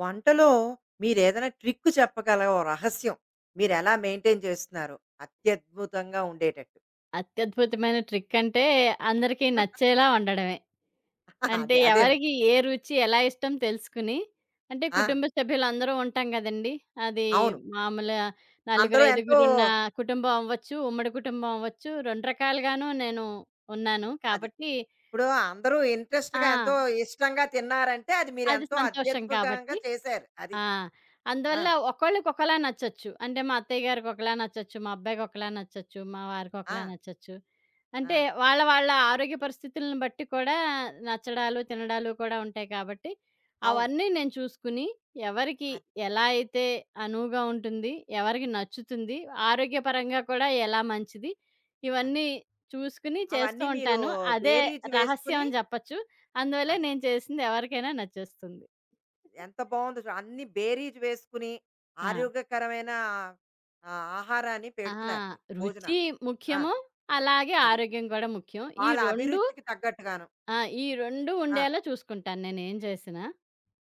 వంటలో మీరేదైనా ట్రిక్ చెప్పగలరా? ఓ రహస్యం. మీరెలా మెయింటైన్ చేస్తున్నారో? అత్యద్భుతంగా ఉండేటట్టు. అత్యద్భుతమైన ట్రిక్ అంటే, అందరికి నచ్చేలా వండడమే. అంటే అదే. అదే మరి. ఎవరికి ఏ రుచి ఎలా ఇష్టం తెలుసుకుని, అంటే ఆ! కుటుంబ సభ్యులందరూ ఉంటాం గదండీ! అది అవును. మామూలుగా నలుగురు, అందరూ ఎంతో ఐదుగురున్న కుటుంబం అవ్వచ్చు, ఉమ్మడి కుటుంబం అవ్వచ్చు. 2 రకాలుగాను నేను ఉన్నాను. అది. కాబట్టి ఇప్పుడు అందరూ ఇంట్రెస్ట్‌గా ఆ! ఎంతో ఇష్టంగా తిన్నారంటే అది అది మీరెంతో సంతోషం అత్యద్భుతంగా కాబట్టి. చేశారు. అది. ఆ! ఆ! అందువల్ల ఒకళ్ళకొకలా నచ్చొచ్చు. అంటే మా అత్తయ్య గారికొకలా నచ్చొచ్చు. మా అబ్బాయికొకలా నచ్చొచ్చు. మా ఆ! వారికొకలా నచ్చొచ్చు. ఆ! అంటే వాళ్ళ వాళ్ళ ఆరోగ్య పరిస్థితులను బట్టి కూడా నచ్చడాలు, తినడాలు కూడా ఉంటాయి కాబట్టి, అవును. అవన్నీ నేను చూసుకుని ఎవరికి అది. ఎలా అయితే అనువుగా ఉంటుంది, ఎవరికి నచ్చుతుంది, ఆరోగ్యపరంగా కూడా ఎలా మంచిది, అది. ఇవన్నీ చూసుకుని చేస్తూ అవన్నీ మీరు ఉంటాను. అదే బేరీజు రహస్యం వేసుకుని అని చెప్పొచ్చు. అందువల్లే అది. నేను చేసింది ఎవరికైనా నచ్చేస్తుంది. ఎంత బాగుందో చూడు. అన్ని బేరీజ్ వేసుకుని ఆ! ఆరోగ్యకరమైన ఆ, ఆహారాన్ని ఆ! పెడుతున్నారు మీరు రుచి భోజనాన్ని. ఆ ముఖ్యము. అలాగే అది ఆరోగ్యం గూడా ముఖ్యం. ఈ వాళ్ళ 2 అభిరుచికి తగ్గట్టుగాను ఆ! ఈ 2 ఆ, ఉండేలా చూసుకుంటాను నేనేం చేసినా.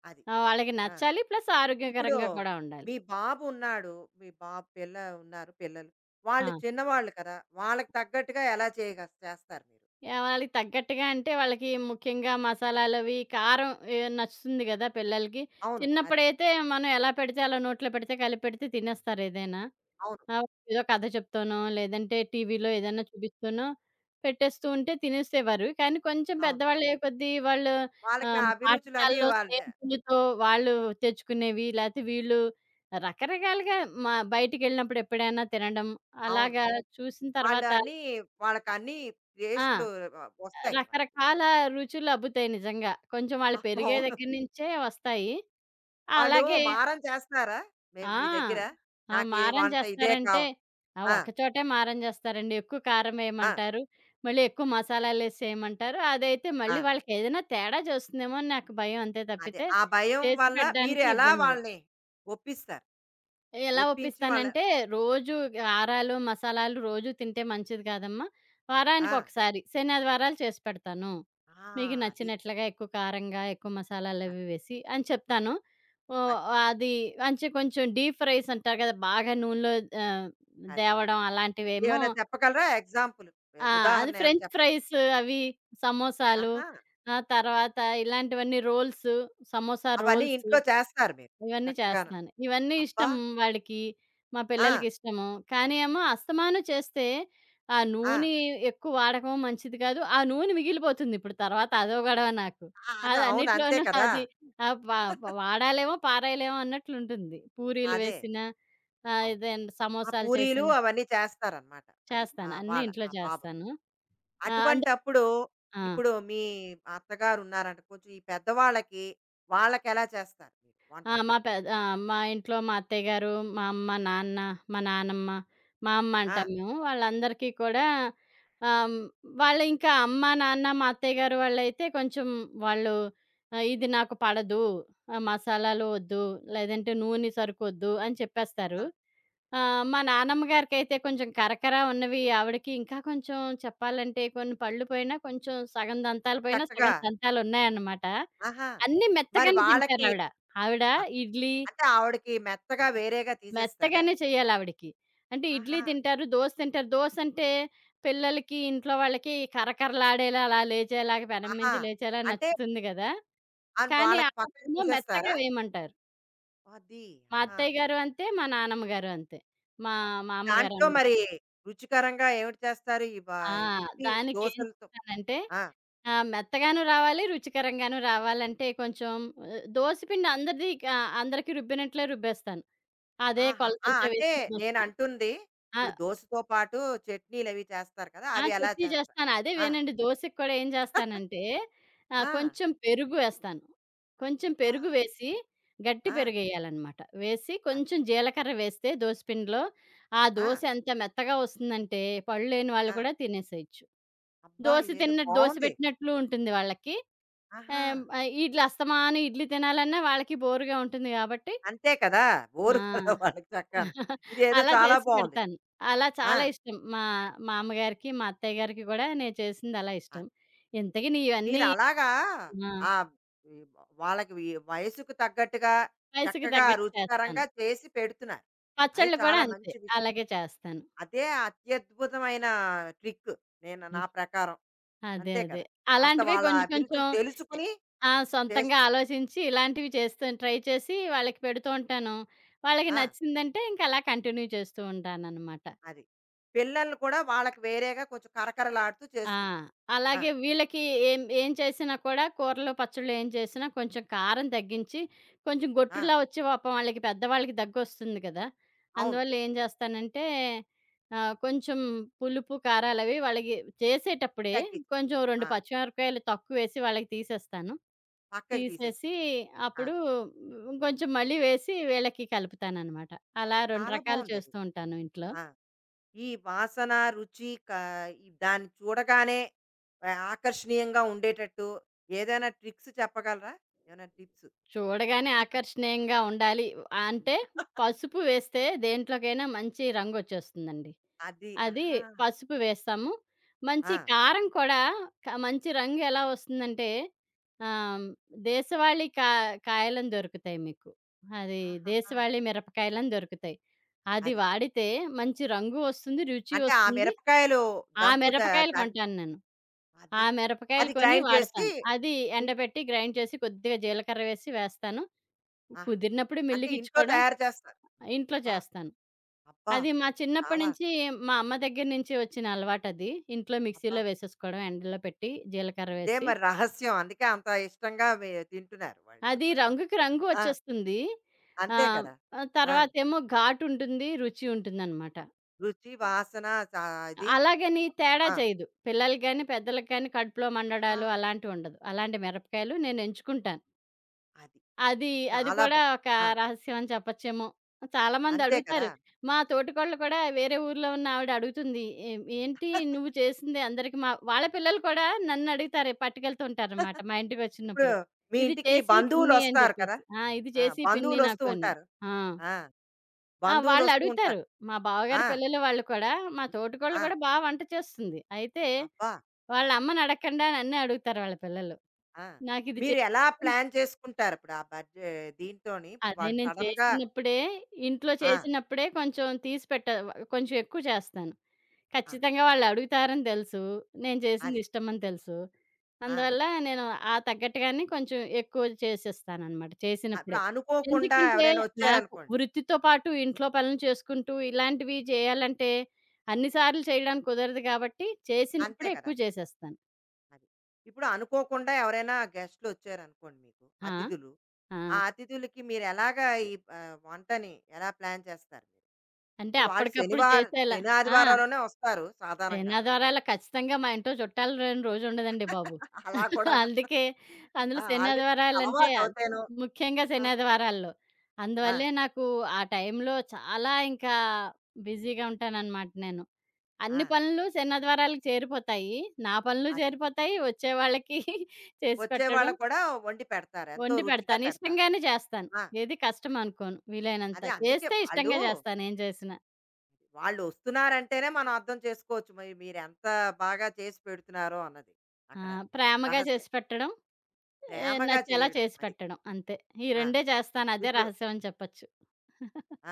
అది వాళ్ళకి ఆ. నచ్చాలి. ప్లస్ ఇప్పుడు ఆరోగ్యకరంగా కూడా ఉండాలి. మీ బాబు ఉన్నాడు, మీ బాబు పిల్ల ఉన్నారు పిల్లలు. ఆ! వాళ్ళు చిన్నవాళ్ళు కదా, వాళ్ళకి తగ్గట్టుగా ఎలా చేయగ చేస్తారు మీరు? యాహ్! వాళ్ళకి తగ్గట్టుగా అంటే వాళ్ళకి ముఖ్యంగా మసాలాలవి, కారం ఎ నచ్చుతుంది గదా పిల్లలకి. అవును అది. చిన్నప్పుడైతే మనం ఎలా పెడితే అలా నోట్లో పెడితే కలిపెడితే తినేస్తారు ఏదైనా. అవును. ఆ! ఏదో కథ చెప్తానో, లేదంటే టీవీలో ఏదన్నా చూపిస్తానో పెట్టేస్తూ ఉంటే తినేసేవారు. కానీ కొంచెం అవును పెద్దవాళ్ళయ్యే కొద్దీ వాళ్ళు వాళ్ళకి ఆ అభిరుచులు అన్ని పాఠశాలలో వాళ్ళ. స్నేహితులతో వాళ్ళు తెచ్చుకునేవి, లేతే వీళ్ళు రకరకాలుగా మా బయటికెళ్ళినప్పుడు ఎప్పుడైనా తినడం, అవును అలాగా చూసిన వాళ్ళు తర్వాత అన్ని వాళ్ళకి అన్ని ఆ! టేస్ట్లు వస్తాయి వాళ్ళకి. రకరకాల రుచులు అబ్బుతాయి నిజంగా. కొంచెం వాళ్ళు పెరిగే అవును. దగ్గర నుంచే వస్తాయి. వాళ్ళు అలాగే. మారం చేస్తారా? మే మీ దగ్గర? ఆ! ఆ! నాకు ఈ మారం వంట ఇదే చేస్తారంటే కావాలి. ఆ! ఒక చోటే మారం చేస్తారండి. ఎక్కువ కారం ఆ! వేయమంటారు. మళ్ళీ ఎక్కువ మసాలాలేసి చేయమంటారు. అదైతే మళ్ళీ ఆ! వాళ్ళకేదైనా తేడా చేస్తుందేమో అని నాకు భయం అంతే అదే. తప్పితే, ఆ భయం చేసి వల్ల మీరు పెట్టడానికి ఎలా ఇబ్బంది లేదు. వాళ్ళని ఒప్పిస్తారు? ఎలా ఒప్పించి వాళ్ళ ఒప్పిస్తానంటే, రోజు కారాలు, మసాలాలు రోజు తింటే మంచిది కాదమ్మా. ఆ! వారానికొకసారి శనాదివారాలు చేసి పెడతాను. ఆ! మీకు అది. నచ్చినట్లుగా ఎక్కువ కారంగా, ఎక్కువ మసాలాలవి అది. వేసి అని చెప్తాను. ఓహ్! అది. అది అంచె కొంచెం డీప్ ఫ్రైస్ అంటారు కదా! బాగా నూనెలో ఆహ్, అది. దేవడం అలాంటివేమో. ఏమైనా చెప్పగలరా ఎగ్జాంపుల్? ఎ ఆ! అది ఉదాహరణ ఏమైనా ఫ్రెంచ్ చెప్పండి. ఫ్రైస్ అవి, సమోసాలు, ఆహా! ఆ తర్వాత ఇలాంటివన్నీ రోల్స్, సమోసా అవన్నీ రోల్స్ ఇంట్లో చేస్తారు మీరు ఇవన్నీ చక్కగాను. చేస్తున్నాను. ఇవన్నీ అబ్బా! ఇష్టం వాడికి. మా ఆ! పిల్లలకి ఇష్టము. కానీ ఏమో అస్తమానం చేస్తే ఆ ఆ! నూనె ఎక్కువ వాడకం మంచిది కాదు. ఆ నూనె మిగిలిపోతుంది ఇప్పుడు తర్వాత అదో గొడవ నాకు. ఆ! అది అది అవును. అంతే అన్నిట్లోనూ కదా! అది ఆహ్, ప వాడాలేమో, పారేయలేమో అన్నట్లుంటుంది. పూరీలు అదే. వేసినా, అవును. ఇదేంటి ఆ సమోసాలు పూరీలు చేసినా అవన్నీ చేస్తారనమాట. అది. ఆ! చేస్తాను. అన్నీ వాళ్ళ ఇంట్లో ఆ బాబుకి. చేస్తాను. ఆహ్, అందు అటువంటప్పుడు ఆ! ఇప్పుడు మీ అత్తగారు ఉన్నారంట. కొంచెం ఈ పెద్దవాళ్ళకి వాళ్ళకెలా చేస్తారు మీరు వంట? ఆ! మా పెద్ ఆ! మా ఇంట్లో మా అత్తయ్య గారు, మా అమ్మ, నాన్న, మా నానమ్మ, మా అమ్మ ఆ! అంటాం మేము. వాళ్ళందరికీ కూడా ఆహ్, హ్మ్, వాళ్ళు ఇంకా అమ్మ, నాన్న, మా అత్తయ్య గారు వాళ్ళైతే కొంచెం వాళ్ళు ఇది నాకు పడదు, మసాలాలు వద్దు, లేదంటే నూనె సరుకొద్దు అని చెప్పేస్తారు. ఆ! ఆ! మా నానమ్మ గారికైతే కొంచెం కరకర ఉన్నవి ఆవిడకి ఇంకా కొంచెం చెప్పాలంటే కొన్ని పళ్ళు పోయినా కొంచెం సగం దంతాలు పోయినా, చక్కగా సగం దంతాలున్నాయన్నమాట. ఆహా! అన్నీ మరి మెత్తగానే వాళ్ళకి తింటారావిడ. ఆవిడ ఆ! ఆవిడ ఇడ్లీ అంటే ఆవిడకి మెత్తగా వేరేగా తీసేస్తారా? మెత్తగానే చేయాలావిడకి. అంటే ఇడ్లీ ఆహా! తింటారు, దోస తింటారు. దోసంటే పిల్లలకి, ఇంట్లో వాళ్ళకి కరకరలాడేలా అలా లేచేలాగా పెనం ఆహా! మించి లేచేలా అంటే నచ్చుతుంది గదా! ఆన్ కానీ వాళ్ళకి పక్కకి ఆవిడేమో మెత్తగా తీసేస్తారా? వేయమంటారు. అది. మా ఆహా! అత్తయ్య గారు అంతే, మా నానమ్మ గారు అంతే. మా అది. మా దాంట్లో అమ్మగారనమాట. మరి రుచికరంగా ఏమిటి చేస్తారు? ఈ బ ఆ! ఉట్టి దానికేం దోసలతో. చేశానంటే ఆ! మెత్తగాను రావాలి, రుచికరంగాను రావాలంటే కొంచెం దోస పిండి అందరిది క అందరికి రుబ్బినట్లే రుబ్బేస్తాను. అదే ఆహా! ఆ! కొలతలతో అంటే వేసి రుబ్బేస్తాను. నేనంటుంది ఆ! ఇప్పుడు దోసతో పాటు చట్నీలవి చేస్తారు కదా! ఆ! అవి ఎలా చట్నీ చేస్తారు? చేస్తాను. ఆ! అదేవేనండి దోసకి కూడా ఏం చేస్తానంటే ఆ! కొంచెం పెరుగు వేస్తాను. కొంచెం అబ్బా! పెరుగు వేసి గట్టి ఆ! పెరుగేయాలనమాట. వేసి అది కొంచెం జీలకర్ర వేస్తే దోస పిండిలో ఆ ఆ! దోస ఎంత మెత్తగా వస్తుందంటే పళ్ళు లేని వాళ్ళు ఆ! కూడా తినేసేయొచ్చు. అబ్బా! దోస ఇదేదో తిన్నట్టు దోస బావుంది. పెట్టినట్లు ఉంటుంది వాళ్ళకి. ఆహా! ఆహ్, ఇడ్లీ అస్తమానం ఇడ్లీ తినాలన్నా వాళ్ళకి బోరుగా ఉంటుంది కాబట్టి అంతే కదా! బోరు ఆ! కదా వాళ్ళకి చక్కాను. ఇదేదో అలా చాలా చేసి బావుంది. పెడతాను. అలా ఆ! చాలా ఇష్టం. మా మా అమ్మగారికి, మా అత్తయ్య గారికి గూడా నేను చేసింది అలా అది. ఇష్టం. ఇంతకి నీవన్నీ మీరలాగా ఆ! ఆహ్, ఈ వాళ్ళకి వి వయసుకు తగ్గట్టుగా వయసుకి చక్కగా తగ్గట్టు చేస్తాను. రుచికరంగా చేసి పెడుతున్నారు. అది పచ్చళ్ళు కూడా చాలా అంతే. మంచి విషయం. అలాగే చేస్తాను. అదే అత్యద్భుతమైన ట్రిక్ నేను నా హ్మ్. ప్రకారం. అదే. అంతే అదే. కదా! అంత అలాంటివే వాళ్ళ కొంచెం కొంచెం అభిరుచులు ఎ తెలుసుకుని ఆ! సొంతంగా చేస్తున్నారు. ఆలోచించి ఇలాంటివి చేస్తాను. ట్రై చేసి వాళ్ళకి పెడుతూ ఉంటాను. వాళ్ళకి ఆ! నచ్చిందంటే ఇంక అలా కంటిన్యూ చేస్తూ ఉంటాననమాట. అది. పిల్లల్ని కూడా వాళ్ళకి వేరేగా కొంచెం కరకరలాడుతూ ఆ! చేస్తున్నారు. ఆ! అలాగే వీళ్ళకి ఏం ఏం చేసినా కూడా కూరలు, పచ్చళ్ళు ఏం చేసినా కొంచెం కారం తగ్గించి, కొంచెం ఆ! గొట్టులా వచ్చి పాపం వాళ్ళకి పెద్దవాళ్ళకి దగ్గొస్తుంది కదా! అవును. అందువల్ల ఏం చేస్తానంటే కొంచెం పులుపు, కారాలవి వాళ్ళకి చేసేటప్పుడే తగ్గించి కొంచెం 2 ఆ! పచ్చిమిరపకాయలు తక్కువేసి వాళ్ళకి తీసేస్తాను. పక్కకి తీసేసి తీసేస్తారు. ఆ! అప్పుడు కొంచెం మళ్ళీ వేసి వీళ్ళకి కలుపుతాననమాట. అలా అది 2 చాలా రకాలు బావుందది. చేస్తూ ఉంటాను ఇంట్లో. ఆ! ఈ వాసన, రుచి క ఈ దాన్ని చూడగానే ఆహ్, ఆకర్షణీయంగా ఉండేటట్టు ఏదైనా ట్రిక్స్ చెప్పగలరా? ఏమైనా టిప్స్? చూడగానే ఆకర్షణీయంగా ఉండాలి. అంటే పసుపు వేస్తే దేంట్లోకైనా మంచి రంగొచ్చేస్తుందండి. అది అది ఆహా! పసుపు వేస్తాము. ఆ! మంచి కారం కూడా మంచి రంగు ఎలా వస్తుందంటే ఆహ్, దేశవాళీ కా కాయలని దొరుకుతాయి మీకు. అది ఆహాహా! దేశవాళీ మిరపకాయలని దొరుకుతాయి. అది అది. వాడితే మంచి రంగు వస్తుంది. రుచి అంటే ఆ వస్తుంది. మిరపకాయలు ఆ దంపుతా మిరపకాయలు దాన్ని కొంటాను నేను. ఆ అది. మిరపకాయలు అది కొని గ్రైండ్ చేసి వాడతాను. అది ఇన్ ఎండబెట్టి గ్రైండ్ చేసి కొద్దిగా జీలకర్ర వేసి వేస్తాను. ఆహా! కుదిరినప్పుడు అంటే ఇంట్లో మిల్లుకిచ్చుకోవడం తయారు చేస్తారు. ఇంట్లో అబ్బా! చేస్తాను. అబ్బా! అది మా చిన్నప్పటి చాలా నుంచి మా అమ్మ దగ్గర నుంచి వచ్చిన అలవాటది. ఇంట్లో అబ్బా! మిక్సీలో వేసేసుకోవడం, ఎండలో పెట్టి జీలకర్ర అదే వేసి. మరి రహస్యం. అందుకే అంత ఇష్టంగా వి తింటున్నారు వాళ్ళు. అది రంగుకి రంగు ఆ! వచ్చేస్తుంది. అంతే ఆహ్, కదా! ఆహ్, ఆ! తర్వాతేమో ఘాటుంటుంది, రుచి ఉంటుందనమాట. రుచి, వాసన చా ఇది అలాగని తేడా ఆ! చేయదు. పిల్లలకి గాని, పెద్దలకి గాని కడుపులో ఆహా! మండడాలు అలాంటివుండదు. అలాంటి మిరపకాయలు నేను ఎంచుకుంటాను. అది. అది, అది చాలా కూడా బావుంది. ఒక ఆ! రహస్యం అని చెప్పొచ్చేమో. చాలామంది అంతే కదా! అడుగుతారు. మా తోటికోడలు కూడా వేరే ఊర్లో ఉన్న ఆవిడ అడుగుతుంది. "ఏం ఏంటి నువ్వు చేసింది అందరికి" మా వాళ్ళ పిల్లలు కూడా నన్నడుగుతారు పట్టుకెళ్తూ ఉంటారనమాట మా ఇప్పుడు ఇంటికొచ్చినప్పుడు. మీ "ఇది ఇంటికి చేసియి పిన్ని" అని బంధువులొస్తారు కదా! చెప్పేసి. "ఇది ఆ! చేసియి పిన్ని బంధువులొస్తూ నాకు" అని. ఉంటారు. ఆ! ఆ! ఆ! బంధువులొస్తూ వాళ్ళడుగుతారు. ఉంటారు. మా ఆ! బావగారి పిల్లలు వాళ్ళు కూడా, మా తోటికోడలు ఆ! కూడా బా వంట చేస్తుంది. అయితే అబ్బా! వాళ్ళ అమ్మనడగకుండా నన్నే అడుగుతారు వాళ్ళ పిల్లలు. ఆ! "నాకిది చే మీరు ఎలా ప్లాన్ చేసుకుంటారు ఇప్పుడు? ఆ బడ్జె దీంతోని ఇప్పుడు అదే వాళ్ళు నేను సడెన్‌గా చేసినప్పుడే ఇంట్లో ఆ! చేసినప్పుడే కొంచెం తీసి పెట్ట కొంచెం ఎక్కువ చేస్తాను. ఆ! ఖచ్చితంగా వాళ్ళు అడుగుతారని తెలుసు. నేను చేసింది అది. ఇష్టమని తెలుసు. ఆ! అందువల్ల నేను ఆ తగ్గట్టుగానే కొంచెం ఎక్కువ చేసేస్తాననమాట ఇప్పుడు చేసినప్పుడే. అనుకోకుండా ఎందుకంటే ఎవరైనా నాకు వచ్చారనుకోండి. వృత్తితో పాటు ఇంట్లో పనులు చేసుకుంటూ ఇలాంటివి చేయాలంటే అన్ని సార్లు చేయడానికి కుదరదు కాబట్టి అంతే చేసినప్పుడే కదా! ఎక్కువ చేసేస్తాను. అది. ఇప్పుడు అనుకోకుండా ఎవరైనా గెస్ట్‌లొచ్చారనుకోండి మీకు, ఆ! అతిథులు. ఆ! ఆ అతిథులకి మీరెలాగా ఈ ఆహ్, వంటని ఎలా ప్లాన్ చేస్తారు? మీరు? అంటే ఇప్పుడు వాళ్ళు అప్పటికప్పుడు శనివారం చేసేలా. శని, ఆ! ఆదివారాల్లోనే వస్తారు సాధారణంగాను. సేనాద్వారాలు ఖచ్చితంగా మా ఇంట్లో చుట్టాలు రాని రోజుండదండి బాబు. అలా కూడాను. అందుకే ఆ! అందులో ఆల్రెడీ శనాద్వారాలంటే అలవాటవుతేను. ముఖ్యంగా ఆ! శనాద్వారాల్లో. ఆ! అందువల్లే నాకు ఆ టైంలో చాలా ఇంకా బిజీగా ఉంటాననమాట నేను. ఆ! అన్ని పనులు శనాద్వారాలకు చేరిపోతాయి. నా పనులు అది. చేరిపోతాయి, వచ్చేవాళ్ళకి చేసి వచ్చే పెట్టడం, వాళ్ళకు కూడా వండి పెడతారు. ఎంతో వండి రుచిగా పెడతాను. పెడతారు. ఇష్టంగానే చేస్తాను. ఆ! ఏది కష్టం అనుకోను వీలైనంత. అదే అందుకే చేస్తే వాళ్ళు, ఇష్టంగా చేస్తాను ఏం చేసినా. వాళ్ళు వస్తున్నారంటేనే మనం అర్థం చేసుకోవచ్చు. మరి మీరెంత బాగా చేసి పెడుతున్నారో అన్నది. ఆ! అక్కడ ప్రేమగా రహస్యం. చేసి పెట్టడం, ప్రేమగా నచ్చేలా చేయడం చేసి అది. పెట్టడం అంతే. ఈ ఆ! రెండే చేస్తాను. అదే ఇప్పుడు రహస్యం అని చెప్పొచ్చు. ఆ!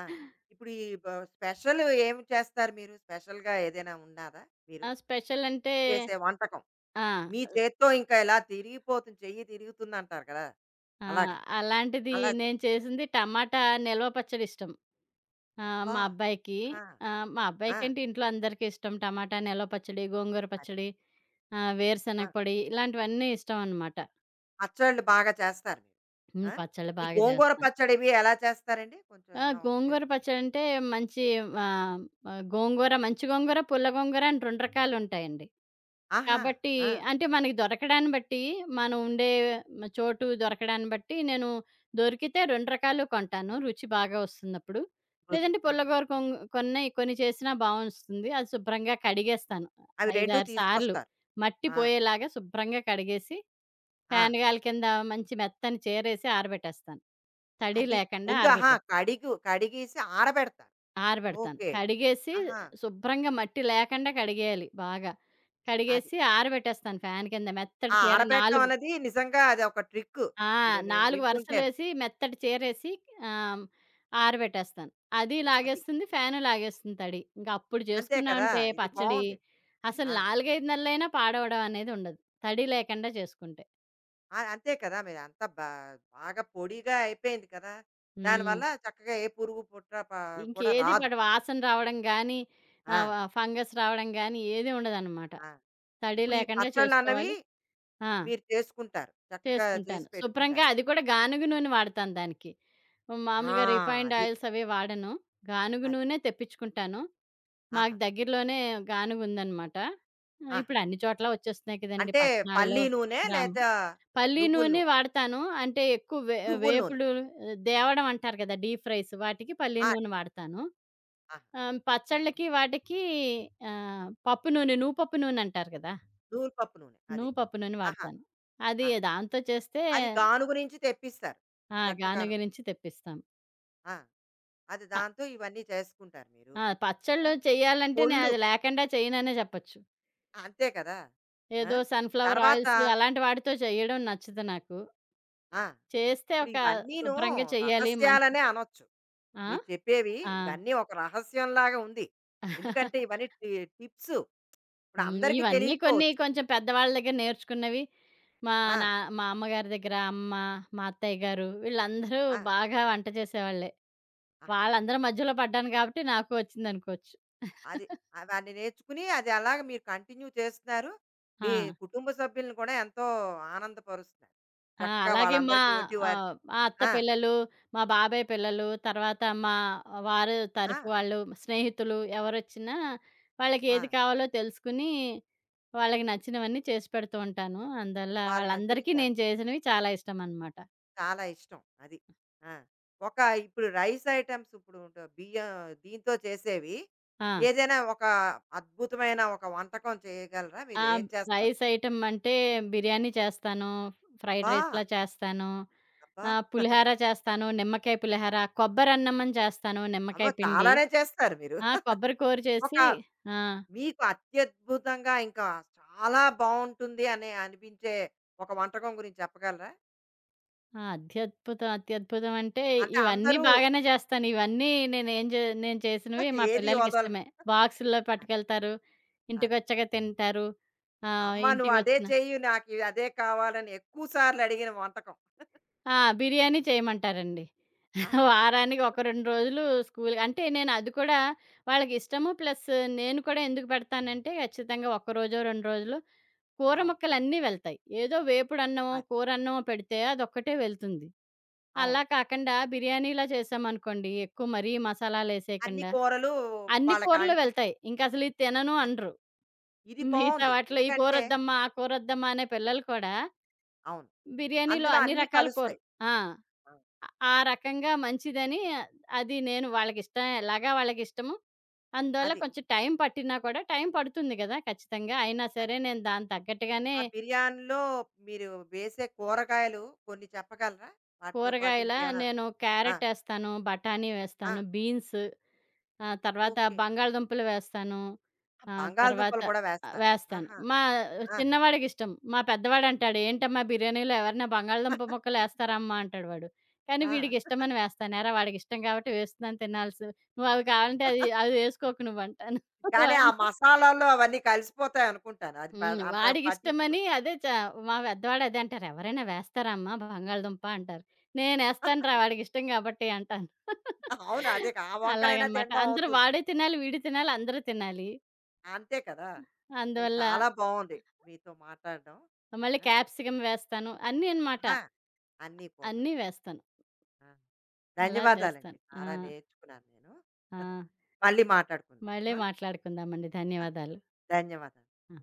ఆ! ఇప్పుడు ఈ బ స్పెషల్ ఏమి చేస్తారు మీరు? స్పెషల్‌గా ఏదైనా ఉన్నాదా మీరు స్పెషల్ అంటే చేసే వంటకం? ఆ! మీ చేత్తో ఇంకా ఇలా తిరిగిపోతుంది, చెయ్యి తిరుగుతుందంటారు కదా! ఆ! అలాగా. అలాంటిది అలా నేను చేసింది టమాటా నిల్వ పచ్చడి ఇష్టం. అబ్బా! మా అబ్బాయికి. ఆహా! మా ఆ! అబ్బాయికేంటి ఇంట్లో అందరికీ ఇష్టం. టమాటా నిల్వ పచ్చడి, గోంగూర అది. పచ్చడి, వేరుశనగ ఆ! పొడి ఇలాంటివన్నీ ఇష్టం అనమాట. పచ్చళ్ళు బాగా చేస్తారు మీరు. హ్మ్. ఆ? పచ్చళ్ళు ఈ బాగా గోంగూర చేస్తాను. పచ్చడివి ఎలా చేస్తారండి? కొంచెం ఏమైనా ఒక చిన్న గోంగూర పచ్చడంటే మంచి ఆహ్, ఆహ్, గోంగూర మంచి గోంగూర, పుల్ల గోంగూర అని 2 రకాలుంటాయండి. ఆహా! కాబట్టి ఆ! అంటే మనకి దొరకడాన్ని బట్టి, మనం ఉండే చోటు దొరకడాన్ని బట్టి నేను దొరికితే 2 రకాలు కొంటాను. రుచి బాగా వస్తున్నప్పుడు. రుచి. లేదంటే ఆహా! పుల్లగోర కొం కొన్నయి కొన్ని చేసినా బావొస్తుంది. అది శుభ్రంగా కడిగేస్తాను. అవి 5, 2 6 సార్లు తీసుకొస్తారు. మట్టి ఆ! పోయేలాగా శుభ్రంగా కడిగేసి, ఆ! ఫ్యాన్ గాలి కింద మంచి మెత్తని చీరేసి ఆరబెట్టేస్తాను. తడి అది. లేకుండా ముందు ఆహా! ఆరబెట్టేస్తాను. కడిగు కడిగేసి ఆరబెడతారు. ఆరబెడతాను. ఓకే. కడిగేసి ఆహా! శుభ్రంగా మట్టి లేకుండా కడిగేయాలి బాగా. అది. కడిగేసి ఆరబెట్టేస్తాను ఫ్యాన్ కింద. ఆ మెత్తటి చీర ఆరబెట్టం 4 అన్నది నిజంగా అదొక ట్రిక్కు. ఆ! ఇప్పుడు నేను 4 వింటుంటేను. వరుసలేసి మెత్తటి చీరేసి ఆహ్, ఆరబెట్టేస్తాను. అది అది. లాగేస్తుంది, ఫ్యాను లాగేస్తుంది తడి. ఇంక అప్పుడు అంతే కదా! చేసుకున్నామంటే ఇది పచ్చడి బావుంది. అసలు ఆ! 4, 5 నెలలైనా పాడవడం అనేది ఉండదు. తడి లేకుండా చేసుకుంటే. ఆ! అంతే కదా! మీరు అంతా బా బాగా పొడిగా అయిపోయింది కదా! హ్మ్. దానివల్ల చక్కగా ఏ పురుగు, పుట్ర ప కూడా ఇంకేది రాదు. పడవు. వాసన రావడం గానీ, ఆహ్, వ ఆ! ఫంగస్ రావడం గానీ ఏది ఉండదనమాట. ఆ! తడి ఇప్పుడు ఈ లేకుండా పచ్చళ్ళన్నవి చేసుకోవాలి. ఆ! మీరు చేసుకుంటారు. చక్కగా చేసుకుంటాను. చేసి శుభ్రంగా పెట్టుకుంటారు. అది కూడా గానుగ నూనె వాడతాను దానికి. ఆ! మామూలుగా రిఫైన్డ్ అది. ఆయిల్స్ అవి వాడను. గానుగ అది. నూనె తెప్పించుకుంటాను. మాకు ఆహా! దగ్గరలోనే గానుగుందనమాట. ఆహా! ఇప్పుడు అన్ని చోట్ల వచ్చేస్తున్నాయి కదండీ అంటే పట్టణాల్లో. పల్లీ నూనె గ్రామ లేతే పల్లి నువ్వుల నూనె నూనె. వాడతాను. అంటే ఎక్కువ వే నువ్వుల నూనె. వేపుడు, ఆ, దేవడం అంటారు కదా! డీప్ ఫ్రైస్ వాటికి పల్లి ఆ! నూనె వాడతాను. ఆహా! పచ్చళ్ళకి వాటికి పప్పు నూనె, నువ్వుపప్పు నూనె అంటారు కదా! నూలు పప్పు నూనె. అదే. నువ్వుపప్పు నూనె ఆహా! వాడతాను. అది ఆ! దాంతో చేస్తే అది గానుగు నుంచి తెప్పిస్తారు. గాన చక్కగాను. గురించి తెప్పిస్తాం. ఆ! అది అ దాంతో ఇవన్నీ చేసుకుంటారు మీరు. ఆ! ఆ! పచ్చళ్ళు చేయాలంటే నేను పొళ్ళు అది లేకుండా చేయననే చెప్పొచ్చు. అంతే కదా! ఆ! ఏదో సన్‌ఫ్లవర్ తర్వాత ఆయిల్స్ అలాంటి వాటితో చేయడం నచ్చదు నాకు. ఆ! చేస్తే ఇప్పుడు ఒక ఇవన్నీను శుభ్రంగా చెయ్యాలి మంచి. రహస్యాలనే అనొచ్చు. ఆ? మీరు చెప్పేవి ఆ! ఇవన్నీ ఒక రహస్యంలాగా ఉంది. ఎందుకంటే ఇవన్నీ టి టిప్స్ ఇప్పుడు హ్మ్. అందరికీ ఇవన్నీ కొన్ని తెలియకపోవచ్చు. కొంచెం పెద్దవాళ్ళ దగ్గర నేర్చుకున్నవి. మా నా ఆ! మా అమ్మగారి దగ్గర అమ్మ, మా అత్తయ్య గారు వీళ్ళందరూ ఆ! బాగా వంట చేసేవాళ్ళే. ఆహా! వాళ్ళందరి మధ్యలో పడ్డాను కాబట్టి నాకు వచ్చిందనుకోవచ్చు. అది అవన్నీ నేర్చుకుని అది అలాగ మీరు కంటిన్యూ చేస్తున్నారు. ఆ! మీ కుటుంబ సభ్యులను కూడా ఎంతో ఆనందపరుస్తున్నారు. ఆ! చక్కగా అలాగే మా వాళ్ళందరికీ వడ్డీ వార్చి మా అత్త ఆ! పిల్లలు, మా బాబాయ్ పిల్లలు, తర్వాత మా వారు ఆ! తరఫు వాళ్ళు, స్నేహితులు ఎవరొచ్చినా వాళ్ళకి ఆ! ఏది కావాలో తెలుసుకుని, వాళ్ళకి నచ్చినవన్నీ చేసి పెడుతూ ఉంటాను. అందువల్ల వాళ్ళు నచ్చినవి వాళ్ళందరికీ చేస్తారు. నేను చేసినవి చాలా ఇష్టమనమాట. చాలా ఇష్టం అది. ఆ! ఒక ఇప్పుడు రైస్ ఐటెమ్స్ ఇప్పుడు ఉంట బియ్యం దీంతో చేసేవి ఆ! ఏదైనా ఒక అద్భుతమైన ఒక వంటకం చేయగలరా? మీరు ఆ! ఏం చేస్తారు? రైస్ ఐటెమ్ అంటే బిర్యానీ చేస్తాను, ఫ్రైడ్ అబ్బా! రైస్‌లా చేస్తాను, అబ్బా! పులిహార చేస్తాను, నిమ్మకాయ పులిహార, కొబ్బరన్నమని చేస్తాను అమ్మో! నిమ్మకాయ పిండి. చాలానే చేస్తారు మీరు. కొబ్బరి కూర ఒక చేసి. ఆ! మీకు అత్యద్భుతంగా ఇంకా చాలా బావుంటుంది అని అనిపించే ఒక వంటకం గురించి చెప్పగలరా? ఆ! అత్యద్భుతం, అత్యద్భుతం అంటే అంటే ఇవన్నీ అందరూ బాగానే జేస్తాను. ఇవన్నీ నేనేం జే నేను చేసినవి మా ఏది వదలరు. పిల్లలకిష్టమే. బాక్సుల్లో అదే. పట్టుకెళ్తారు. అదే. ఇంటికొచ్చాక తింటారు. ఆహ్, అమ్మ నువ్వు అదే ఇంటికొచ్చిన చెయ్యి నాకు ఇది అదే కావాలని ఎక్కువ సార్లు అడిగిన వంటకం. ఆ! బిర్యానీ చేయమంటారండి. ఆహాహా! వారానికి ఒక 2 రోజులు స్కూల్ అంటే నేను అది కూడా వాళ్ళకిష్టము ప్లస్ నేను కూడా ఎందుకు పెడతానంటే ఖచ్చితంగా ఒక రోజో, 2 రోజులు కూర అవును. ముక్కలన్నీ వెళ్తాయి. ఏదో వేపుడన్నమో, అది. కూరన్నమో పెడితే అదొక్కటే వెళ్తుంది. అవును. అలా కాకండా బిర్యానీలా చేశామనుకోండి, ఎక్కువ మరీ అన్ని మసాలాలేసేయకండా, కూరలు అన్ని వాళ్ళకి కూరలు అంటు వెళ్తాయి. ఇంకసలు ఇది తినను అది అనరు. ఇది మిగతా బావుంది. వాటిలో ఈ ఎందుకంటే కూరొద్దమ్మా, ఆ కూరొద్దమ్మా అనే పిల్లలు కూడా అవును. బిర్యానీలో అందులో అన్ని అన్నీ రకాల కలుస్తాయి. కూరలు. ఆ! ఆ! ఆ రకంగా మంచిదని అది నేను వాళ్ళకిష్టం ఎలాగా వాళ్ళకిష్టము. అందువల్ల అది. కొంచెం టైం పట్టినా కూడా టైం పడుతుంది గదా! ఖచ్చితంగా. అయినా అది. సరే నేను దానికి తగ్గట్టుగానే. ఆ బిర్యానీలో మీరు వేసే కూరగాయలు కొన్ని చెప్పగలరా? వాటితో పాటు కూరగాయల ఇంకేమైనా నేను ఆ! క్యారెటేస్తాను, బఠానీ ఆ! వేస్తాను, బీన్స్. తర్వాత ఓకే. బంగాళదుంపలు వేస్తాను. ఆ, ఆ! తర్వాత బంగాళదుంపలు కూడా వేస్తారు. వేస్తాను. ఆహా! మా ఆ! చిన్నవాడికిష్టం. మా పెద్దవాడంటాడు, "ఏంటమ్మా బిర్యానీలో ఎవరైనా బంగాళదుంప ముక్కలేస్తారామ్మా?" అంటాడు వాడు. కానీ ఆ! వీడికిష్టమని వేస్తాను. "ఏరా వాడికిష్టం కాబట్టి వేస్తున్నాను తినాల్సి నువ్వు అవి కావాలంటే అది అవి వేసుకోకు నువ్వంటాను" కానీ ఆ వాడిని. మసాలాల్లో అవన్నీ కలిసిపోతాయనుకుంటాను. అది ప హ్మ్. అంతగా పట్టించుకోరు. వాడికిష్టమని అదే చ మా పెద్దవాడు అదే అంటారు. "ఎవరైనా వేస్తారా అమ్మా బంగాళదుంప" అంటారు. "నేనేస్తానురా వాడికిష్టం కాబట్టి" అంటాను. అవును. అదే కా- ఆ వంకనైనా అలాగనమాట. తినడం అందరూ అవుతుంది. వాడు తినాలి, వీడు తినాలి, అందరూ తినాలి. అంతే కదా! అది అందువల్ల చాలా బావుంది మీతో మాట్లాడడం. మళ్ళీ ఆ! క్యాప్సికమ్ వేస్తాను. అన్నీ అనమాట. ఆహా! అన్ని కూరలు అన్నీ వేస్తా. వేస్తాను. ఆ! అలా ధన్యవాదాలండి. చేస్తాను. ఆ! చాలా నేర్చుకున్నాను నేను. ఆ! మళ్ళీ మాట్లాడుకుందాం. మళ్ళీ ఆ! మాట్లాడుకుందామండి. ధన్యవాదాలు. ధన్యవాదాలు. ఆ!